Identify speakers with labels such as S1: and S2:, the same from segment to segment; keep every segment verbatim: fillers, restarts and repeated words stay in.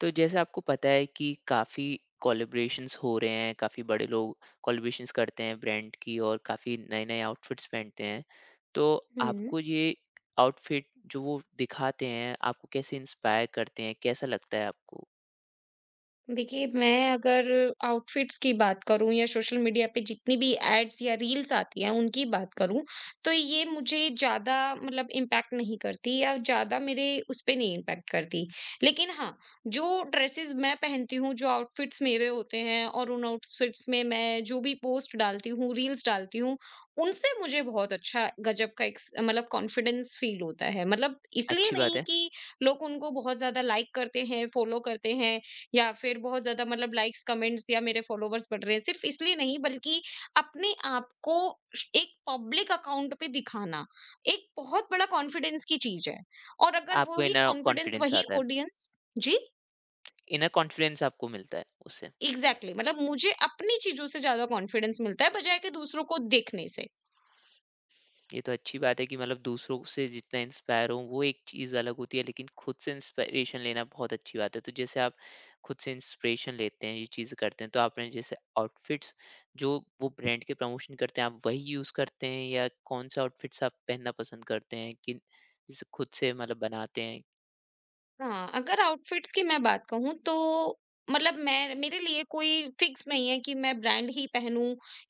S1: तो जैसे आपको पता है कि काफ़ी कोलैबोरेशंस हो रहे हैं, काफ़ी बड़े लोग कोलैबोरेशंस करते हैं ब्रांड की और काफ़ी नए-नए आउटफिट्स पहनते हैं। तो
S2: हुँ।
S1: आपको ये आउटफिट जो वो दिखाते हैं, आपको कैसे इंस्पायर करते हैं? कैसा लगता है आपको?
S2: देखिए, मैं अगर आउटफिट्स की बात करूँ या सोशल मीडिया पे जितनी भी एड्स या रील्स आती हैं, उनकी बात करूँ, तो ये मुझे ज़्यादा मतलब इम्पैक्ट नहीं करती या ज़्यादा मेरे उस पे नहीं इम्पैक्ट करती। लेकिन हाँ, जो ड्रेसेज़ मैं पहनती हूँ, जो आउटफिट्स मेरे होते हैं और उन आउटफिट्स में मैं जो भी पोस्ट डालती हूँ, रील्स डालती हूँ, उनसे मुझे बहुत अच्छा गज़ब का एक्स मतलब कॉन्फिडेंस फ़ील होता है। मतलब इसलिए
S1: अच्छी बात
S2: नहीं
S1: है।
S2: कि लोग उनको बहुत ज़्यादा लाइक करते हैं, फ़ॉलो करते हैं या फिर बहुत ज़्यादा मतलब लाइक्स, कमेंट्स या मेरे फॉलोवर्स बढ़ रहे हैं। सिर्फ़ इसलिए नहीं बल्कि अपने आप को श एक पब्लिक अकाउंट पे दिखाना, एक बहुत बड़ा कॉन्फिडेंस की चीज़ है। और अगर
S1: आपको
S2: वही
S1: इनर
S2: कॉन्फिडेंस
S1: कॉन्फिडेंस
S2: वही
S1: आता है।
S2: ऑडियंस। जी।
S1: इनर कॉन्फिडेंस आपको मिलता है उससे।
S2: एग्ज़ैक्टली, मतलब मुझे अपनी चीज़ों से ज़्यादा कॉन्फिडेंस मिलता है बजाए कि दूसरों को देखने से।
S1: ये तो अच्छी बात है कि मतलब दूसरों से जितना इंस्पायर हो वो एक चीज़ अलग होती है, लेकिन खुद से इंस्पिरेशन लेना बहुत अच्छी बात है। तो जैसे आप खुद से इंस्पिरेशन लेते हैं, ये चीज़ करते हैं, तो आपने जैसे आउटफिट्स जो वो ब्रांड के प्रमोशन करते हैं, आप वही यूज़ करते हैं या कौन सा आउटफिट्स आप पहनना पसंद करते हैं कि जैसे खुद से मतलब बनाते हैं।
S2: हाँ, अगर आउटफिट्स की मैं बात कहूँ तो मतलब मैं मेरे लिए कोई फिक्स नहीं है कि मैं ब्रांड ही पहनूं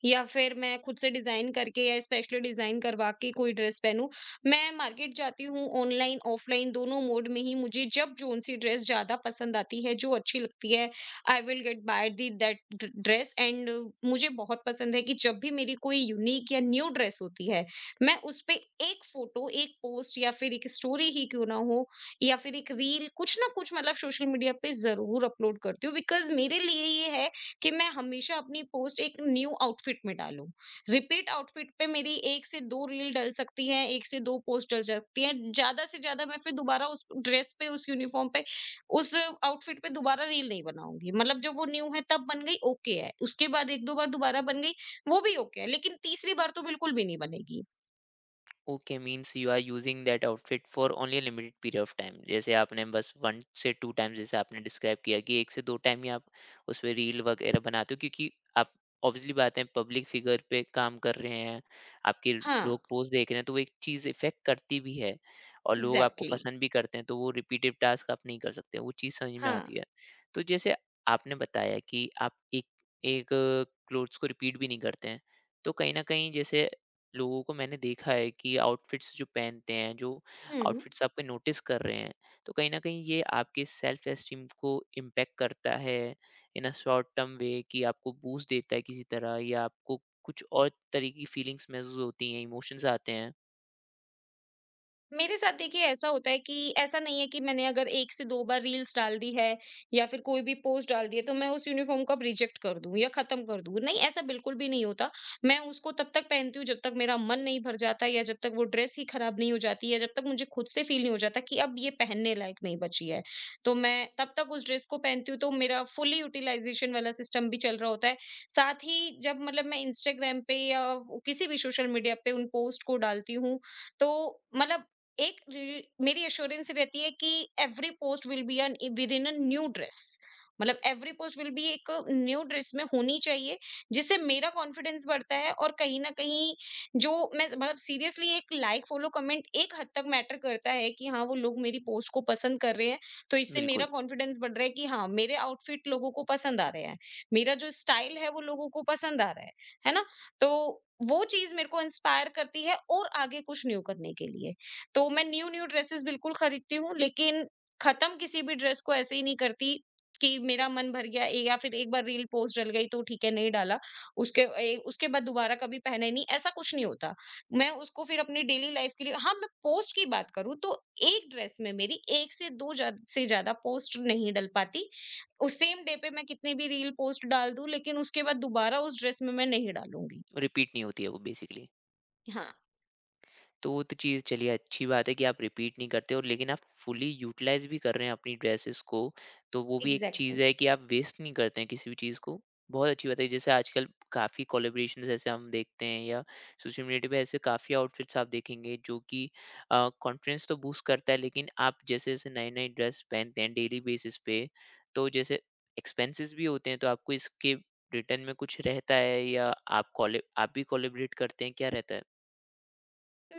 S2: या फिर मैं खुद से डिजाइन करके या स्पेशली डिजाइन करवा के कोई ड्रेस पहनूं। मैं मार्केट जाती हूँ, ऑनलाइन ऑफलाइन दोनों मोड में ही मुझे जब जोन सी ड्रेस ज्यादा पसंद आती है जो अच्छी लगती है, I will get by the that dress and मुझे बहुत पसंद है कि जब भी मेरी कोई यूनिक या न्यू ड्रेस होती है, मैं उस पे एक फोटो, एक पोस्ट या फिर एक स्टोरी ही क्यों ना हो या फिर एक रील, कुछ ना कुछ मतलब सोशल मीडिया पे ज़रूर अपलोड करती हूँ बिकॉज़ मेरे लिए ये है कि मैं हमेशा अपनी पोस्ट एक न्यू आउटफ़िट में डालूँ। रिपीट आउटफ़िट पे मेरी एक से दो रील डल सकती है, एक से दो पोस्ट डल सकती है। ज़्यादा से ज़्यादा मैं फिर दोबारा उस ड्रेस पे, उस यूनिफ़ॉर्म पे, उस आउटफ़िट पे दोबारा रील नहीं बनाऊँगी। मतलब जब वो न्यू है तब बन गई ओके है, उसके बाद एक दो बार दोबारा बन गई वो भी ओके है, लेकिन तीसरी बार तो बिल्कुल भी नहीं बनेगी।
S1: Okay, means you are using that outfit for only limited period of time. जैसे आपने बस वन से टू टाइम्स जैसे आपने डिस्क्राइब किया कि एक से दो टाइम ही आप उस पर रील वगैरह बनाते हो, क्योंकि आप ऑब्वियसली बात है पब्लिक फिगर पे काम कर रहे हैं। आपके
S2: हाँ।
S1: लोग पोस्ट देख रहे हैं तो वो एक चीज़ इफेक्ट करती भी है और लोग आपको
S2: एग्ज़ैक्टली।
S1: पसंद भी करते हैं, तो वो रिपीटेड टास्क आप नहीं कर सकते, वो चीज़ समझ में
S2: हाँ।
S1: आती है। तो जैसे आपने बताया कि आप एक एक क्लोथ्स को रिपीट भी नहीं करते हैं, तो कहीं ना कहीं जैसे लोगों को मैंने देखा है कि आउटफिट्स जो पहनते हैं, जो
S2: हुँ।
S1: आउटफिट्स आपके नोटिस कर रहे हैं, तो कहीं न कहीं ये आपके सेल्फ एस्टीम को इम्पैक्ट करता है इन अ शॉर्ट टर्म वे, कि आपको बूस्ट देता है किसी तरह या आपको कुछ और तरह की फीलिंग्स महसूस होती हैं, इमोशंस आते हैं।
S2: मेरे साथ देखिए ऐसा होता है कि ऐसा नहीं है कि मैंने अगर एक से दो बार रील्स डाल दी है या फिर कोई भी पोस्ट डाल दी है तो मैं उस यूनिफ़ॉर्म को अब रिजेक्ट कर दूँ या ख़त्म कर दूँ। नहीं, ऐसा बिल्कुल भी नहीं होता। मैं उसको तब तक पहनती हूँ जब तक मेरा मन नहीं भर जाता या जब तक वो ड्रेस ही ख़राब नहीं हो जाती या जब तक मुझे खुद से फ़ील नहीं हो जाता कि अब ये पहनने लायक नहीं बची है। तो मैं तब तक उस ड्रेस को पहनती हूँ, तो मेरा फ़ुली यूटिलाइज़ेशन वाला सिस्टम भी चल रहा होता है। साथ ही जब मतलब मैं इंस्टाग्राम पे या किसी भी सोशल मीडिया पे उन पोस्ट को डालती हूँ तो मतलब एक रि- मेरी एश्योरेंस रहती है कि every post will be an within a new dress, मतलब एवरी पोस्ट विल बी एक न्यू ड्रेस में होनी चाहिए, जिससे मेरा कॉन्फिडेंस बढ़ता है और कहीं ना कहीं जो मैं मतलब सीरियसली एक लाइक फॉलो कमेंट एक हद तक मैटर करता है कि हाँ, वो लोग मेरी पोस्ट को पसंद कर रहे हैं, तो इससे
S1: बिल्कुल,
S2: मेरा कॉन्फिडेंस बढ़ रहा है कि हाँ, मेरे आउटफिट लोगों को पसंद आ रहे हैं। मेरा जो स्टाइल है वो लोगों को पसंद आ रहा है है ना? तो वो चीज मेरे को इंस्पायर करती है और आगे कुछ न्यू करने के लिए। तो मैं न्यू न्यू ड्रेसेस बिल्कुल खरीदती हूँ, लेकिन खत्म किसी भी ड्रेस को ऐसे ही नहीं करती कि मेरा मन भर गया ए या फिर एक बार रील पोस्ट डल गई तो ठीक है, नहीं डाला। उसके ए उसके बाद दोबारा कभी पहना ही नहीं, ऐसा कुछ नहीं होता। मैं उसको फिर अपनी डेली लाइफ के लिए, हाँ, मैं पोस्ट की बात करूँ तो एक ड्रेस में मेरी एक से दो ज़्या से ज़्यादा पोस्ट नहीं डल पाती। उस सेम डे पे मैं कितनी भी रील पोस्ट डाल दूँ, लेकिन उसके बाद दोबारा उस ड्रेस में मैं नहीं डालूँगी।
S1: रिपीट नहीं होती है वो बेसिकली।
S2: हाँ।
S1: तो वो तो चीज़ चलिए अच्छी बात है कि आप रिपीट नहीं करते हो, लेकिन आप फुली यूटिलाइज़ भी कर रहे हैं अपनी ड्रेसेस को। तो वो भी एक चीज़
S2: एग्ज़ैक्टली।
S1: है कि आप वेस्ट नहीं करते हैं किसी भी चीज़ को। बहुत अच्छी बात है। जैसे आजकल काफ़ी कोलैबोरेशंस ऐसे हम देखते हैं या सोशल मीडिया पे ऐसे काफ़ी आउटफिट्स आप देखेंगे जो कि अ, कॉन्फिडेंस तो बूस्ट करता है, लेकिन आप जैसे-जैसे नए-नए ड्रेस पहनते हैं डेली बेसिस पे, तो जैसे एक्सपेंसेस भी होते हैं, तो आपको इसके रिटर्न में कुछ रहता है या आप कोलैब आप भी कोलैबोरेट करते हैं, क्या रहता है?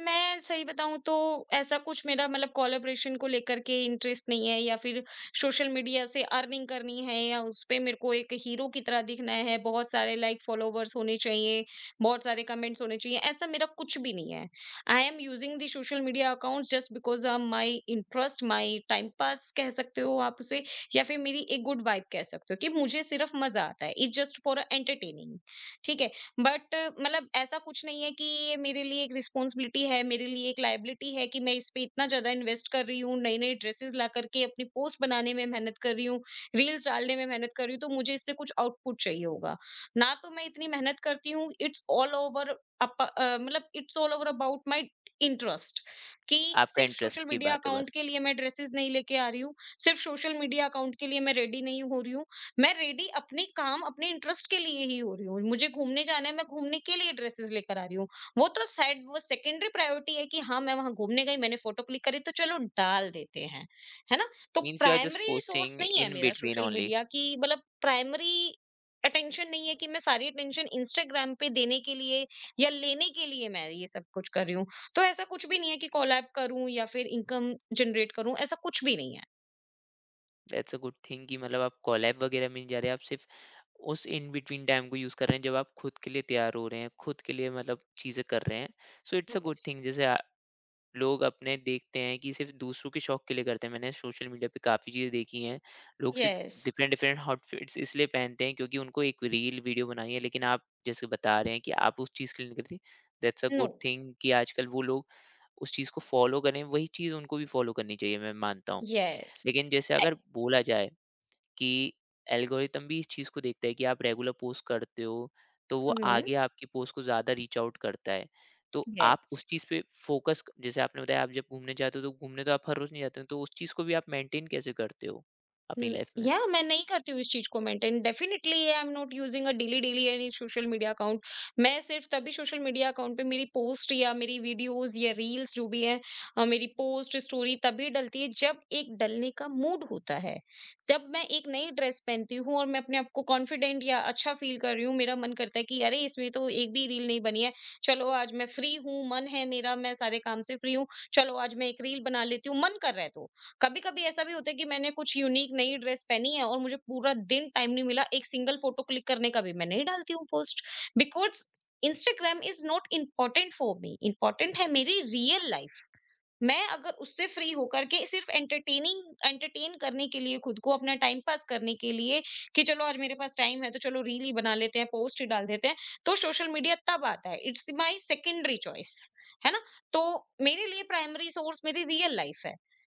S2: मैं सही बताऊँ तो ऐसा कुछ मेरा मतलब कोलैबोरेशन को लेकर के इंटरेस्ट नहीं है या फिर सोशल मीडिया से अर्निंग करनी है या उस पे मेरे को एक हीरो की तरह दिखना है, बहुत सारे लाइक फॉलोवर्स होने चाहिए, बहुत सारे कमेंट्स होने चाहिए, ऐसा मेरा कुछ भी नहीं है। I am using the social media accounts just because a, my interest, my time pass कह सकते हो आप उसे या फिर मेरी एक गुड वाइब कह सकते हो कि मुझे सिर्फ मज़ा आता है, इट्स जस्ट फॉर एंटरटेनिंग। ठीक है? बट मतलब ऐसा कुछ नहीं है कि ये मेरे लिए एक रिस्पॉन्सिबिलिटी है, मेरे लिए एक लायबिलिटी है कि मैं इस पे इतना ज्यादा इन्वेस्ट कर रही हूँ, नई नई ड्रेसेस ला करके अपनी पोस्ट बनाने में मेहनत कर रही हूँ, रील्स डालने में मेहनत कर रही हूँ, तो मुझे इससे कुछ आउटपुट चाहिए होगा ना तो मैं इतनी मेहनत करती हूँ। इट्स ऑल ओवर, मतलब it's all over about my interest कि
S1: आपका
S2: सिर्फ सोशल
S1: इंटरेस्ट की
S2: मीडिया
S1: बात है
S2: अकाउंट
S1: बस।
S2: के लिए मैं ड्रेसेस नहीं लेके आ रही हूँ, सिर्फ सोशल मीडिया अकाउंट के लिए मैं रेडी नहीं हो रही हूँ। मैं रेडी अपने काम अपने इंटरेस्ट के लिए ही हो रही हूँ, मुझे घूमने जाना है, मैं घूमने के लिए ड्रेसेस लेकर आ रही हूँ। वो तो साइड, वो सेकेंडरी प्रायोरिटी है कि हाँ मैं वहां घूमने गई मैंने फोटो क्लिक करी तो चलो डाल देते हैं, है ना? तो
S1: means you are just
S2: primary source
S1: posting
S2: नहीं है
S1: इन
S2: मेरा
S1: बिटवीन
S2: सोशल
S1: ओनली।
S2: मीडिया की, मतलब प्राइमरी अटेंशन नहीं है कि मैं सारी अटेंशन इंस्टाग्राम पे देने के लिए या लेने के लिए मैं ये सब कुछ कर रही हूँ। तो ऐसा कुछ भी नहीं है कि कोलैब करूं या फिर इनकम जनरेट करूं, ऐसा कुछ भी नहीं है।
S1: दैट्स अ गुड थिंग कि मतलब आप कोलैब वगैरह में नहीं जा रहे, आप सिर्फ़ उस इन बिटवीन टाइम को यूज़ कर रहे हैं जब आप खुद के लिए तैयार हो रहे हैं, खुद के लिए मतलब चीज़ें कर रहे हैं। So it's a good thing. जैसे अ, लोग अपने देखते हैं कि सिर्फ़ दूसरों के शौक के लिए करते हैं। मैंने सोशल मीडिया पे काफ़ी चीज़ें देखी हैं। लोग सिर्फ़
S2: यस।
S1: डिफ़रेंट-डिफ़रेंट आउटफिट्स इसलिए पहनते हैं क्योंकि उनको एक रील वीडियो बनानी है, लेकिन आप जैसे बता रहे हैं कि आप उस चीज़ के लिए नहीं करते। That's a
S2: no.
S1: Good thing कि आजकल वो लोग उस चीज़ को फ़ॉलो करें, वही चीज़ उनको भी फ़ॉलो करनी चाहिए, मैं मानता हूँ।
S2: Yes.
S1: लेकिन जैसे
S2: I
S1: अगर बोला जाए कि एल्गोरिदम भी इस चीज़ को देखता है कि आप रेगुलर पोस्ट करते हो, तो वो
S2: Mhm.
S1: आगे आपकी पोस्ट को ज़्यादा रीच आउट करता है। तो आप उस
S2: Yes.
S1: चीज़ पे फ़ोकस क जैसे आपने बताया, आप जब घूमने जाते हो, तो घूमने तो आप हर रोज़ नहीं जाते हो, तो उस चीज़ को भी आप मेंटेन कैसे करते हो अपनी लाइफ़ में?
S2: या मैं नहीं करती हूँ इस चीज को maintain, definitely I am not using a daily daily any social media account. मैं सिर्फ तभी सोशल मीडिया अकाउंट पे मेरी पोस्ट या मेरी वीडियोस या रील्स जो भी है, अ, मेरी पोस्ट स्टोरी तभी डलती है जब एक डलने का मूड होता है, जब मैं एक नई ड्रेस पहनती हूँ और मैं अपने आप को कॉन्फिडेंट या अच्छा फील कर रही हूँ, मेरा मन करता है कि अरे इसमें तो एक भी रील नहीं बनी है, चलो आज मैं फ्री हूँ मन है मेरा, मैं सारे काम से फ्री हूँ, चलो आज मैं एक रील बना लेती हूँ, मन कर रहा है तो। कभी कभी ऐसा भी होता है कि मैंने कुछ यूनिक नई ड्रेस पहनी है और मुझे पूरा दिन टाइम नहीं मिला एक सिंगल फोटो क्लिक करने का, भी मैं नहीं डालती हूँ post because Instagram is not important for me, important है मेरी रियल लाइफ। मैं अगर उससे फ्री होकर के सिर्फ एंटरटेनिंग एंटरटेन करने के लिए खुद को अपना टाइम पास करने के लिए कि चलो आज मेरे पास टाइम है तो चलो रील ही बना लेते हैं, पोस्ट ही डाल देते हैं, तो सोशल मीडिया तब आता है, इट्स माय सेकेंडरी चॉइस, है ना? तो मेरे लिए प्राइमरी सोर्स मेरी रियल लाइफ है,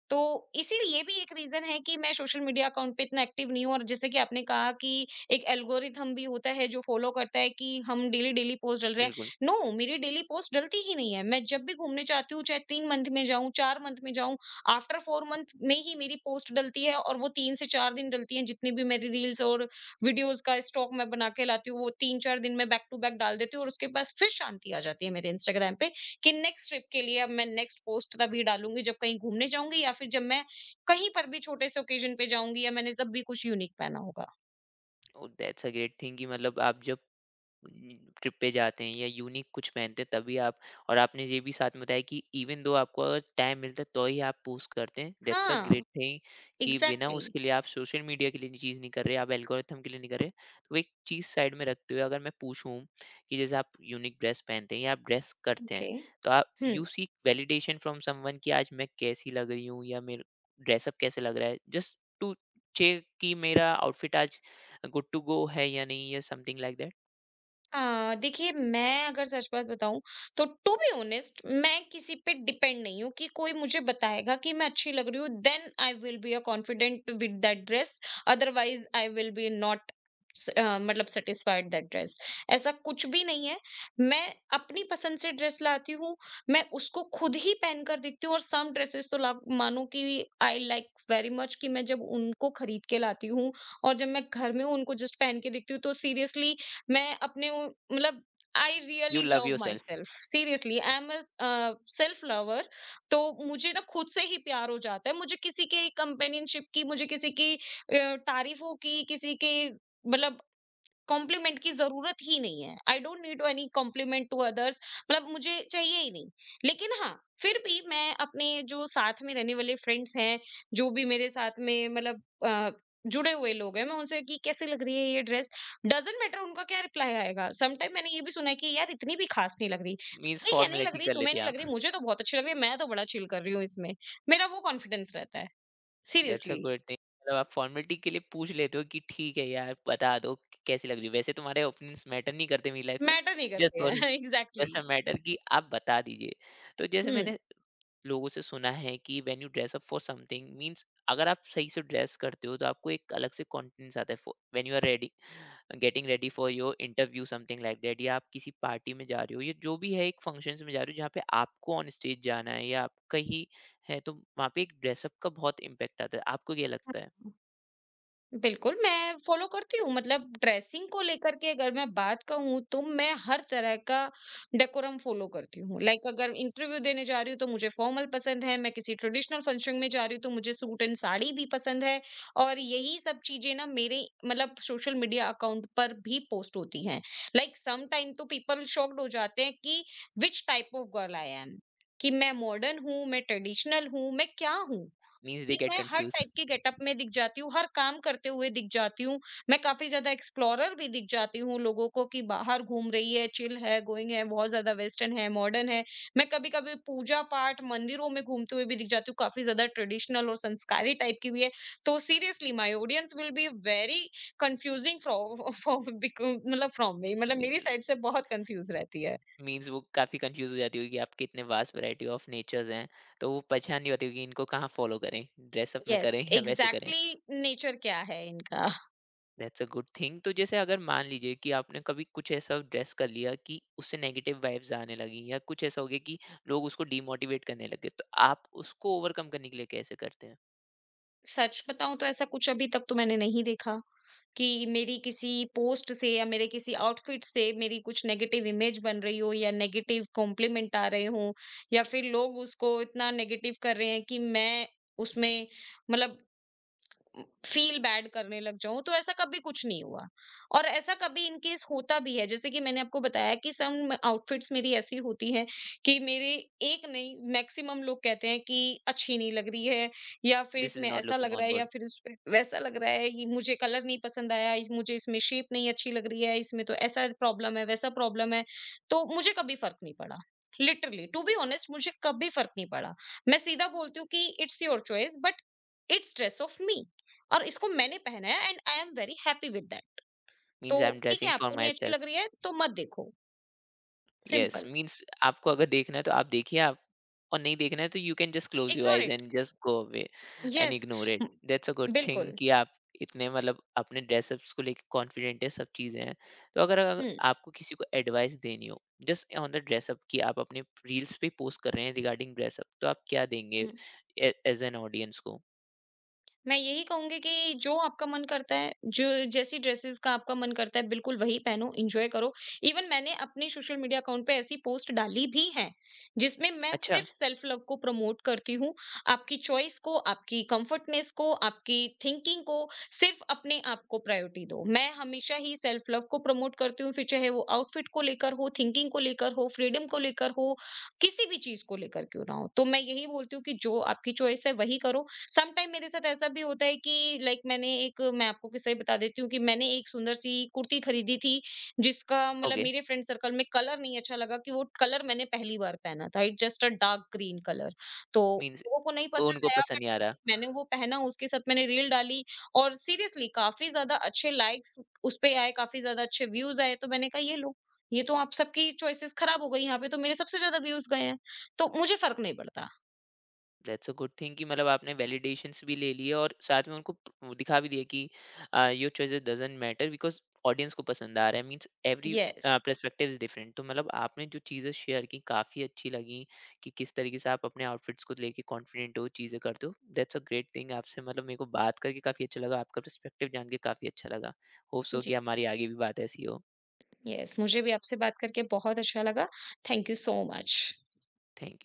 S2: तो इसीलिए ये भी एक रीजन है कि मैं सोशल मीडिया अकाउंट पे इतना एक्टिव नहीं हूँ। और जैसे कि आपने कहा कि एक एल्गोरिथम भी होता है जो फॉलो करता है कि हम डेली डेली पोस्ट डाल रहे हैं,
S1: बिल्कुल।
S2: नो मेरी डेली पोस्ट डलती ही नहीं है। मैं जब भी घूमने जाती हूँ चाहे तीन मंथ में जाऊं, चार मंथ में जाऊं, आफ्टर फोर मंथ में ही मेरी पोस्ट डलती है और वो तीन से चार दिन डलती है, जितनी भी मेरी रील्स और वीडियोस का स्टॉक मैं बना के लाती हूँ वो तीन चार दिन में बैक टू बैक डाल देती हूँ और उसके पास फिर शांति आ जाती है मेरे इंस्टाग्राम पे। कि नेक्स्ट ट्रिप के लिए अब मैं नेक्स्ट पोस्ट तभी डालूंगी जब कहीं घूमने जाऊंगी या फिर जब मैं कहीं पर भी छोटे से ओकेजन पे जाऊंगी या मैंने तब भी कुछ यूनिक पहना होगा।
S1: Oh! That's a great thing कि मतलब आप जब ट्रिप पे जाते हैं या यूनिक कुछ पहनते हैं तभी आप। और आपने ये भी साथ में बताया कि इवन दो आपको अगर टाइम मिलता है तो ही आप पोस्ट करते हैं। दैट्स अ
S2: हाँ।
S1: ग्रेट थिंग कि बिना
S2: एग्जैक्टली।
S1: उसके लिए आप सोशल मीडिया के लिए चीज़ नहीं कर रहे, आप एल्गोरिथम के लिए नहीं कर रहे। तो वो एक चीज़ साइड में रखते हुए अगर मैं पूछूं कि जैसे आप यूनिक ड्रेस पहनते हैं या आप ड्रेस करते हैं,
S2: ओके।
S1: तो आप
S2: हम्म।
S1: You seek validation from someone कि आज मैं कैसी लग रही हूँ या मेरा ड्रेसअप कैसे लग रहा है, जस्ट टू चेक कि मेरा आउटफिट आज गुड टू गो है या नहीं, या समथिंग लाइक दैट।
S2: अ, देखिए, मैं अगर सच बात बताऊं तो टू बी ऑनेस्ट मैं किसी पे डिपेंड नहीं हूँ कि कोई मुझे बताएगा कि मैं अच्छी लग रही हूँ then I will be a confident with that dress, otherwise I will be not मतलब सेटिस्फाइड दैट ड्रेस, ऐसा कुछ भी नहीं है। मैं अपनी पसंद से ड्रेस लाती हूँ, मैं उसको खुद ही पहन कर देखती हूँ और सम ड्रेसेस तो ला मानो कि आई लाइक वेरी मच कि मैं जब उनको खरीद के लाती हूँ और जब मैं घर में उनको जस्ट पहन के देखती हूँ तो सीरियसली मैं अपने उ- मतलब I
S1: you
S2: really
S1: love
S2: love my
S1: yourself.
S2: Self, seriously I am a self lover. तो मुझे ना खुद से ही प्यार हो जाता है, मुझे किसी के कंपेनियनशिप की, मुझे किसी की अ, तारीफों की, किसी के मतलब कॉम्प्लीमेंट की ज़रूरत ही नहीं है। I don't need to any compliment to others मतलब मुझे चाहिए ही नहीं। लेकिन हाँ, फिर भी मैं अपने जो साथ में रहने वाले फ्रेंड्स हैं, जो भी मेरे साथ में मतलब अ, जुड़े हुए लोग हैं, मैं उनसे कि कैसी लग रही है ये ड्रेस? डज़न्ट मैटर उनका क्या रिप्लाई आएगा। समटाइम मैंने ये भी सुना है कि यार इतनी भी खास नहीं लग रही।
S1: मीन्स
S2: ठीक है, नहीं लग
S1: फॉर्मेलिटी
S2: रही,
S1: कर
S2: तुम्हें
S1: लेते हैं
S2: नहीं लग रही,
S1: आप।
S2: मुझे तो बहुत अच्छी लग रही है, मैं तो बड़ा चिल कर रही हूँ इसमें। मेरा वो कॉन्फिडेंस रहता है।
S1: That's a
S2: seriously.
S1: Good thing, मतलब आप फॉर्मेलिटी के लिए पूछ लेते हो कि ठीक है यार बता दो कि कैसी लग रही है, वैसे तुम्हारे ओपिनियंस मैटर नहीं करते मेरी लाइफ में।
S2: मैटर नहीं
S1: जस्ट
S2: करते
S1: फॉर
S2: हैं एग्ज़ैक्टली।
S1: जस्ट अ मैटर कि आप बता दीजिए। तो जैसे
S2: हुँ।
S1: मैंने लोगों से सुना है कि when you dress up for something means, अगर आप सही से ड्रेस करते हो तो आपको एक अलग से कॉन्फिडेंस आता है when you are ready, getting ready for your interview, something like that, या आप किसी पार्टी में जा रहे हो या जो भी है, एक फंक्शंस में जा रहे हो जहाँ पे आपको ऑन स्टेज जाना है या आपका ही है, तो वहाँ पे एक ड्रेसअप का बहुत इम्पैक्ट आता है। आपको क्या लगता है?
S2: बिल्कुल, मैं फ़ॉलो करती हूँ मतलब ड्रेसिंग को लेकर के अगर मैं बात कहूँ तो मैं हर तरह का डेकोरम फ़ॉलो करती हूँ। लाइक अगर इंटरव्यू देने जा रही हूँ तो मुझे फ़ॉर्मल पसंद है, मैं किसी ट्रेडिशनल फंक्शन में जा रही हूँ तो मुझे सूट एंड साड़ी भी पसंद है और यही सब चीज़ें ना मेरे मतलब सोशल मीडिया अकाउंट पर भी पोस्ट होती हैं। लाइक सम टाइम तो पीपल शॉक्ड हो जाते हैं कि which type of girl I am. कि मैं मॉडर्न हूँ, मैं ट्रेडिशनल हूँ, मैं क्या हूँ?
S1: मीन्स दे
S2: कि
S1: गेट
S2: मैं हर
S1: कंफ्यूज।
S2: टाइप के गेटअप में दिख जाती हूँ, हर काम करते हुए दिख जाती हूँ। मैं काफ़ी ज़्यादा एक्सप्लोरर भी दिख जाती हूँ लोगों को कि बाहर घूम रही है, चिल है, गोइंग है, बहुत ज़्यादा वेस्टर्न है, मॉडर्न है। मैं कभी-कभी पूजा-पाठ, मंदिरों में घूमते हुए भी दिख जाती हूँ, काफ़ी ज़्यादा ट्रेडिशनल और संस्कारी टाइप की भी है। तो seriously my audience will be very confusing fro from because मतलब फ्रॉम मी मतलब मेरी
S1: मीन्स
S2: साइड से बहुत कन्फ्यूज़ रहती है।
S1: मीन्स वो काफ़ी कंफ्यूज हो जाती होगी कि आपके इतने वास्ट वैरायटी ऑफ नेचर्स हैं, तो वो पहचान नहीं होती होगी इनको कहाँ फॉलो करें, ड्रेसअप में
S2: यस,
S1: करें या वैसे करें।
S2: एग्ज़ैक्टली। नेचर क्या है इनका?
S1: That's a good thing. तो जैसे अगर मान लीजिए कि आपने कभी कुछ ऐसा ड्रेस कर लिया कि उससे नेगेटिव वाइब्स आने लगी या कुछ ऐसा हो गया कि लोग उसको डीमोटिवेट करने लगे, तो आप उसको ओवरकम करने के लिए कैसे करते हैं?
S2: सच बताऊँ तो ऐसा कुछ अभी तक तो मैंने नहीं देखा। कि मेरी किसी पोस्ट से या मेरे किसी आउटफिट से मेरी कुछ नेगेटिव इमेज बन रही हो या नेगेटिव कॉम्प्लीमेंट आ रहे हों या फिर लोग उसको इतना नेगेटिव कर रहे हैं कि मैं उसमें मतलब फ़ील बैड करने लग जाऊँ, तो ऐसा कभी कुछ नहीं हुआ। और ऐसा कभी इन केस होता भी है, जैसे कि मैंने आपको बताया कि सम आउटफिट्स मेरी ऐसी होती हैं कि मेरे एक नहीं मैक्सिमम लोग कहते हैं कि अच्छी नहीं लग रही है या फिर
S1: दिस इज
S2: इसमें
S1: नॉट
S2: ऐसा
S1: लुकिंग
S2: लग
S1: ऑन
S2: रहा है या
S1: गुड।
S2: फिर इसमें वैसा लग रहा है, ये मुझे कलर नहीं पसंद आया, इस मुझे इसमें शेप नहीं अच्छी लग रही है, इसमें तो ऐसा प्रॉब्लम है, वैसा प्रॉब्लम है। तो मुझे कभी फ़र्क नहीं पड़ा। लिटरली टू बी ऑनेस्ट मुझे कभी फ़र्क नहीं पड़ा। मैं सीधा बोलती हूँ कि it's your choice but it's dress of me. और इसको मैंने पहना है and I am very happy with that. तो
S1: मीन्स आई एम
S2: ठीक है
S1: ड्रेसिंग फॉर
S2: आपको नहीं
S1: माई
S2: अच्छी लग
S1: सेल्फ।
S2: रही है तो मत देखो,
S1: यस,
S2: सिंपल,
S1: मीन्स आपको अगर देखना है तो आप देखिए, आप और नहीं देखना है तो you can just close your
S2: ignore
S1: eyes
S2: it.
S1: And just go away and
S2: yes.
S1: Ignore it.
S2: हुँ,
S1: दैट्स अ गुड थिंग
S2: बिल्कुल।
S1: कि आप इतने मतलब अपने ड्रेसअप्स को लेके कॉन्फिडेंट है, सब चीज़ें हैं। तो अगर अगर
S2: हुँ,
S1: आपको किसी को एडवाइस देनी हो जस्ट ऑन द ड्रेसअप कि आप अपने रील्स पे पोस्ट कर रहे हैं रिगार्डिंग ड्रेसअप, तो आप क्या देंगे
S2: हुँ।
S1: एज एन ऑडियंस को?
S2: मैं यही कहूँगी कि जो आपका मन करता है, जो जैसी ड्रेसेज़ का आपका मन करता है बिल्कुल वही पहनो, एन्जॉय करो। इवन मैंने अपने सोशल मीडिया अकाउंट पे ऐसी पोस्ट डाली भी है, जिसमें मैं
S1: अच्छा,
S2: सिर्फ़ सेल्फ लव को प्रमोट करती हूँ। आपकी चॉइस को, आपकी कम्फर्टनेस को, आपकी थिंकिंग को, सिर्फ़ अपने आप को प्रायोरिटी दो। मैं हमेशा ही सेल्फ लव को प्रमोट करती हूँ, फिर चाहे वो आउटफिट को लेकर हो, थिंकिंग को लेकर हो, फ्रीडम को लेकर हो, किसी भी चीज़ को लेकर क्यों ना हो। तो मैं यही बोलती हूँ कि जो आपकी चॉइस है वही करो। समटाइम मेरे साथ ऐसा भी होता है कि लाइक मैंने एक मैं आपको किस्सा ही बता देती हूँ कि मैंने एक सुंदर सी कुर्ती खरीदी थी जिसका मतलब
S1: ओके।
S2: मेरे फ्रेंड सर्कल में कलर नहीं अच्छा लगा कि वो कलर मैंने पहली बार पहना था it just a dark green colour. तो
S1: मीन्स
S2: लोगों को नहीं पसंद
S1: उनको
S2: आया
S1: पसंद नहीं
S2: बट
S1: आ रहा।
S2: मैंने वो पहना उसके साथ मैंने रील डाली और सीरियसली काफी ज्यादा अच्छे लाइक्स उस पे आए काफी ज्यादा अच्छे व्यूज आए तो मैंने कहा ये लो ये तो आप सबकी चॉइसेस खराब हो गई यहाँ पे तो मेरे सबसे ज्यादा व्यूज गए हैं तो मुझे फर्क नहीं पड़ता।
S1: दैट्स अ गुड थिंग कि मतलब आपने वैलिडेशंस भी ले लिए और साथ में उनको प- वो दिखा भी दिया कि your choice doesn't matter, because audience को पसंद आ रहा है। Means every
S2: yes.
S1: Perspective is different. तो मतलब आपने जो चीज़ें शेयर की काफ़ी अच्छी लगी कि किस तरीके से आप अपने आउटफिट्स को लेके कॉन्फिडेंट हो, चीज़ें करते हो। That's a great thing. आपसे मतलब मेरे को बात करके काफ़ी अच्छा लगा, आपका पर्सपेक्टिव जान के काफ़ी अच्छा लगा। होप्स हो कि हमारी आगे भी बात ऐसी हो।
S2: यस मुझे भी आपसे बात करके बहुत अच्छा लगा। Thank you so much.
S1: Thank you.